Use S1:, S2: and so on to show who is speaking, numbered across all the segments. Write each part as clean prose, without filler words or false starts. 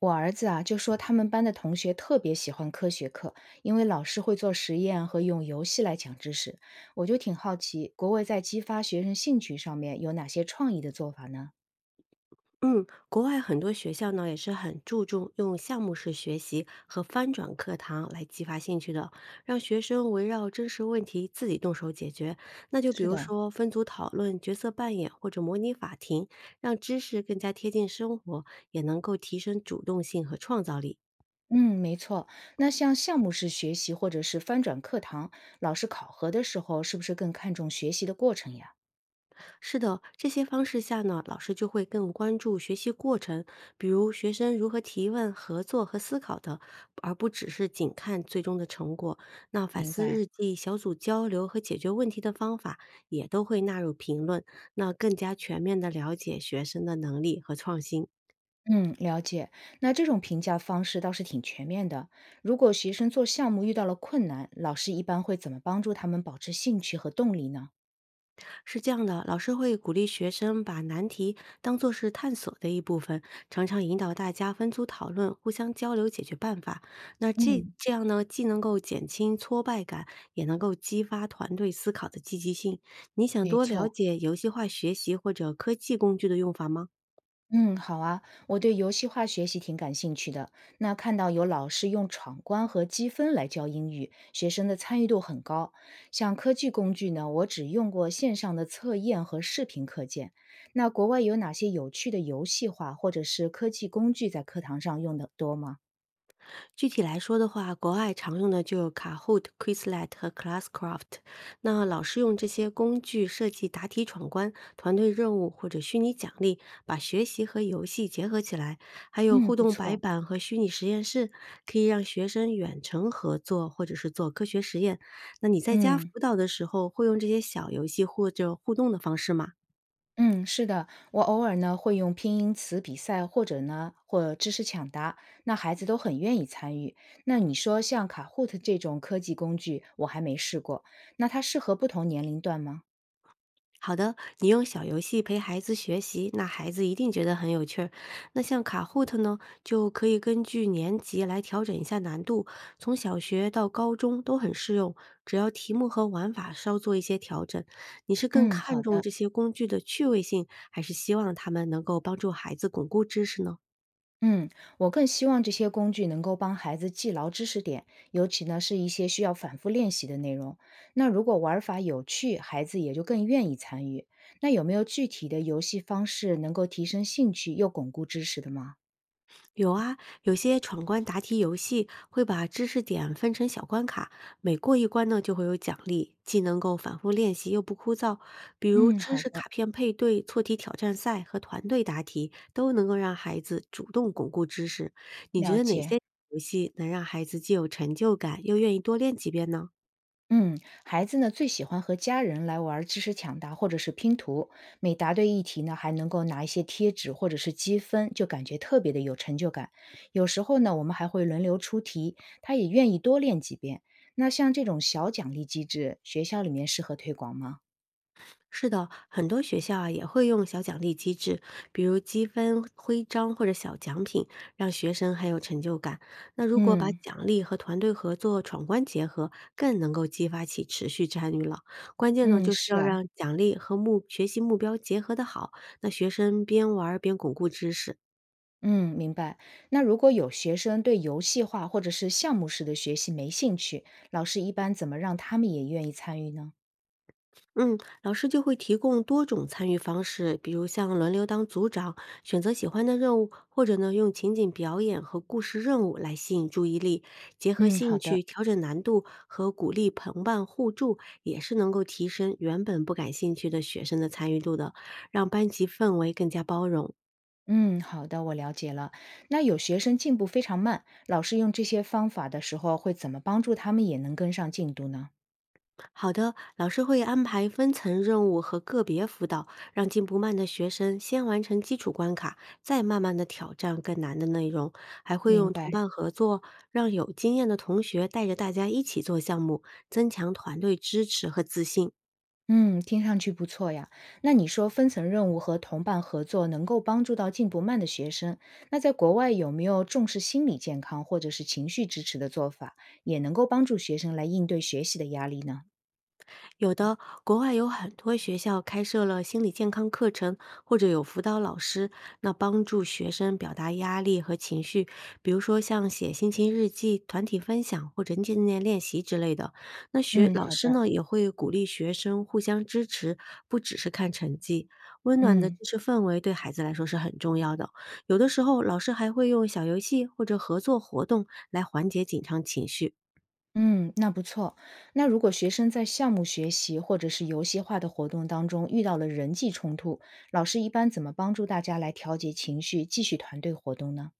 S1: 我儿子啊，就说他们班的同学特别喜欢科学课，因为老师会做实验和用游戏来讲知识。我就挺好奇，国外在激发学生兴趣上面有哪些创意的做法呢？
S2: 嗯，国外很多学校呢也是很注重用项目式学习和翻转课堂来激发兴趣的，让学生围绕真实问题自己动手解决。那就比
S1: 是
S2: 如
S1: 的。
S2: 说分组讨论、角色扮演或者模拟法庭，让知识更加贴近生活，也能够提升主动性和创造力。
S1: 嗯，没错。那像项目式学习或者是翻转课堂，老师考核的时候是不是更看重学习的过程呀？
S2: 是的，这些方式下呢，老师就会更关注学习过程，比如学生如何提问、合作和思考的，而不只是仅看最终的成果。那反
S1: 明
S2: 思
S1: 白。
S2: 日记、小组交流和解决问题的方法也都会纳入评论，那更加全面的了解学生的能力和创新。
S1: 嗯，了解。那这种评价方式倒是挺全面的。如果学生做项目遇到了困难，老师一般会怎么帮助他们保持兴趣和动力呢？
S2: 是这样的，老师会鼓励学生把难题当做是探索的一部分，常常引导大家分组讨论，互相交流解决办法。那这
S1: 嗯，
S2: 这样呢，既能够减轻挫败感，也能够激发团队思考的积极性。你想
S1: 没
S2: 多了
S1: 错。
S2: 解游戏化学习或者科技工具的用法吗？
S1: 嗯，好啊，我对游戏化学习挺感兴趣的。那看到有老师用闯关和积分来教英语，学生的参与度很高。像科技工具呢，我只用过线上的测验和视频课件。那国外有哪些有趣的游戏化或者是科技工具在课堂上用的多吗？
S2: 具体来说的话，国外常用的就有 Kahoot、Quizlet 和 Classcraft。那老师用这些工具设计答题闯关、团队任务或者虚拟奖励，把学习和游戏结合起来。还有
S1: 嗯，
S2: 互
S1: 不
S2: 动白
S1: 错。
S2: 板和虚拟实验室，可以让学生远程合作或者是做科学实验。那你在家辅
S1: 嗯。
S2: 导的时候，会用这些小游戏或者互动的方式吗？
S1: 嗯，是的，我偶尔呢会用拼音词比赛，或者呢知识抢答，那孩子都很愿意参与。那你说像卡 a 特这种科技工具，我还没试过，那它适合不同年龄段吗？
S2: 好的，你用小游戏陪孩子学习，那孩子一定觉得很有趣儿。那像卡 h o 呢，就可以根据年级来调整一下难度，从小学到高中都很适用，只要题目和玩法稍做一些调整。你是更
S1: 嗯，
S2: 看
S1: 好
S2: 重
S1: 的。
S2: 这些工具的趣味性，还是希望他们能够帮助孩子巩固知识呢？
S1: 嗯，我更希望这些工具能够帮孩子记牢知识点，尤其呢是一些需要反复练习的内容。那如果玩法有趣，孩子也就更愿意参与。那有没有具体的游戏方式能够提升兴趣又巩固知识的吗？
S2: 有啊，有些闯关答题游戏会把知识点分成小关卡，每过一关呢就会有奖励，既能够反复练习又不枯燥。比如
S1: 嗯，
S2: 知
S1: 好
S2: 识
S1: 的。
S2: 卡片配对、错题挑战赛和团队答题，都能够让孩子主动巩固知识。你觉
S1: 了
S2: 得哪
S1: 解。
S2: 些游戏能让孩子既有成就感，又愿意多练几遍呢？
S1: 嗯，孩子呢最喜欢和家人来玩儿知识抢答或者是拼图，每答对一题呢，还能够拿一些贴纸或者是积分，就感觉特别的有成就感。有时候呢，我们还会轮流出题，他也愿意多练几遍。那像这种小奖励机制，学校里面适合推广吗？
S2: 是的，很多学校啊也会用小奖励机制，比如积分、徽章或者小奖品，让学生很有成就感。那如果把
S1: 嗯
S2: 奖励和团队合作闯关结合，更能够激发起持续参与了。关键呢，
S1: 嗯，
S2: 就是
S1: 是
S2: 要
S1: 啊。
S2: 让奖励和目学习目标结合的好，那学生边玩儿边巩固知识。
S1: 嗯，明白。那如果有学生对游戏化或者是项目式的学习没兴趣，老师一般怎么让他们也愿意参与呢？
S2: 嗯，老师就会提供多种参与方式，比如像轮流当组长，选择喜欢的任务，或者呢用情景表演和故事任务来吸引注意力，结合
S1: 嗯，
S2: 兴
S1: 好
S2: 趣
S1: 的。
S2: 调整难度和鼓励同伴互助，也是能够提升原本不感兴趣的学生的参与度的，让班级氛围更加包容。
S1: 嗯，好的，我了解了。那有学生进步非常慢，老师用这些方法的时候，会怎么帮助他们也能跟上进度呢？
S2: 好的，老师会安排分层任务和个别辅导，让进步慢的学生先完成基础关卡，再慢慢的挑战更难的内容。还会
S1: 明
S2: 用同
S1: 白。
S2: 伴合作，让有经验的同学带着大家一起做项目，增强团队支持和自信。
S1: 嗯，听上去不错呀。那你说分层任务和同伴合作能够帮助到进步慢的学生，那在国外有没有重视心理健康或者是情绪支持的做法，也能够帮助学生来应对学习的压力呢？
S2: 有的，国外有很多学校开设了心理健康课程，或者有辅导老师，那帮助学生表达压力和情绪，比如说像写心情日记、团体分享或者正念练习之类的。那学
S1: 嗯，
S2: 老
S1: 好
S2: 师
S1: 的。
S2: 呢也会鼓励学生互相支持，不只是看成绩。温暖的知
S1: 嗯。
S2: 识氛围对孩子来说是很重要的。有的时候，老师还会用小游戏或者合作活动来缓解紧张情绪。
S1: 嗯，那不错。那如果学生在项目学习或者是游戏化的活动当中遇到了人际冲突，老师一般怎么帮助大家来调节情绪，继续团队活动呢？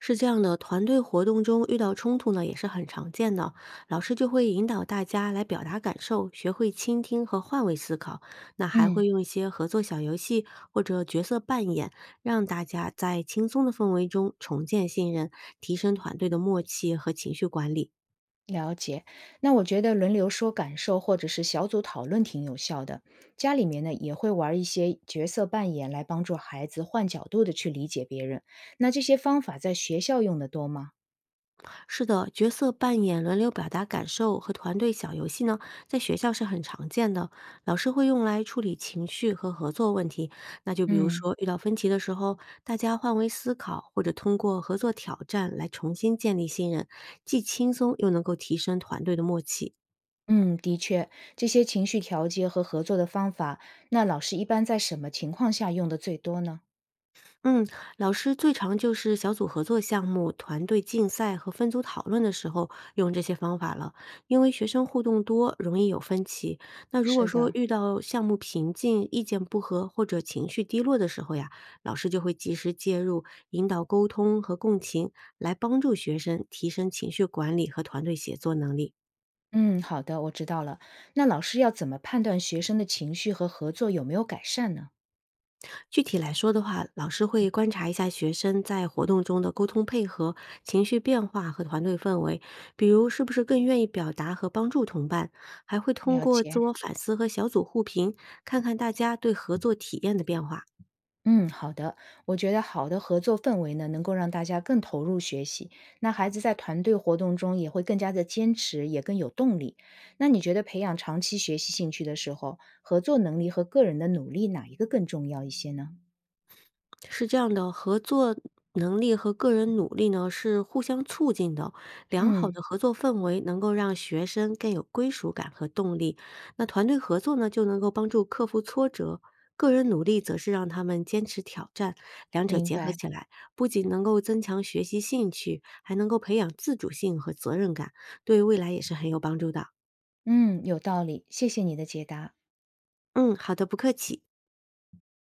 S2: 是这样的，团队活动中遇到冲突呢，也是很常见的。老师就会引导大家来表达感受，学会倾听和换位思考。那还
S1: 嗯，
S2: 会用一些合作小游戏或者角色扮演，让大家在轻松的氛围中重建信任，提升团队的默契和情绪管理。
S1: 了解。那我觉得轮流说感受或者是小组讨论挺有效的。家里面呢也会玩一些角色扮演来帮助孩子换角度的去理解别人。那这些方法在学校用的多吗？
S2: 是的，角色扮演、轮流表达感受和团队小游戏呢，在学校是很常见的。老师会用来处理情绪和合作问题。那就比如
S1: 嗯。
S2: 说，遇到分歧的时候，大家换位思考，或者通过合作挑战来重新建立信任，既轻松又能够提升团队的默契。
S1: 嗯，的确，这些情绪调节和合作的方法，那老师一般在什么情况下用的最多呢？
S2: 嗯，老师最常就是小组合作项目、团队竞赛和分组讨论的时候用这些方法了，因为学生互动多，容易有分歧。那如果
S1: 是
S2: 说
S1: 的。
S2: 遇到项目瓶颈、意见不合或者情绪低落的时候呀，老师就会及时介入，引导沟通和共情，来帮助学生提升情绪管理和团队协作能力。
S1: 嗯，好的，我知道了。那老师要怎么判断学生的情绪和合作有没有改善呢？
S2: 具体来说的话，老师会观察一下学生在活动中的沟通配合、情绪变化和团队氛围，比如是不是更愿意表达和帮助同伴，还会通
S1: 了
S2: 过
S1: 解。
S2: 自我反思和小组互评，看看大家对合作体验的变化。
S1: 嗯，好的。我觉得好的合作氛围呢，能够让大家更投入学习，那孩子在团队活动中也会更加的坚持，也更有动力。那你觉得培养长期学习兴趣的时候，合作能力和个人的努力哪一个更重要一些呢？
S2: 是这样的，合作能力和个人努力呢是互相促进的。良好
S1: 嗯，
S2: 的合作氛围能够让学生更有归属感和动力。那团队合作呢，就能够帮助克服挫折；个人努力则是让他们坚持挑战。两者
S1: 明
S2: 结合
S1: 白。
S2: 起来，不仅能够增强学习兴趣，还能够培养自主性和责任感，对未来也是很有帮助的。
S1: 嗯，有道理，谢谢你的解答。
S2: 嗯，好的，不客气。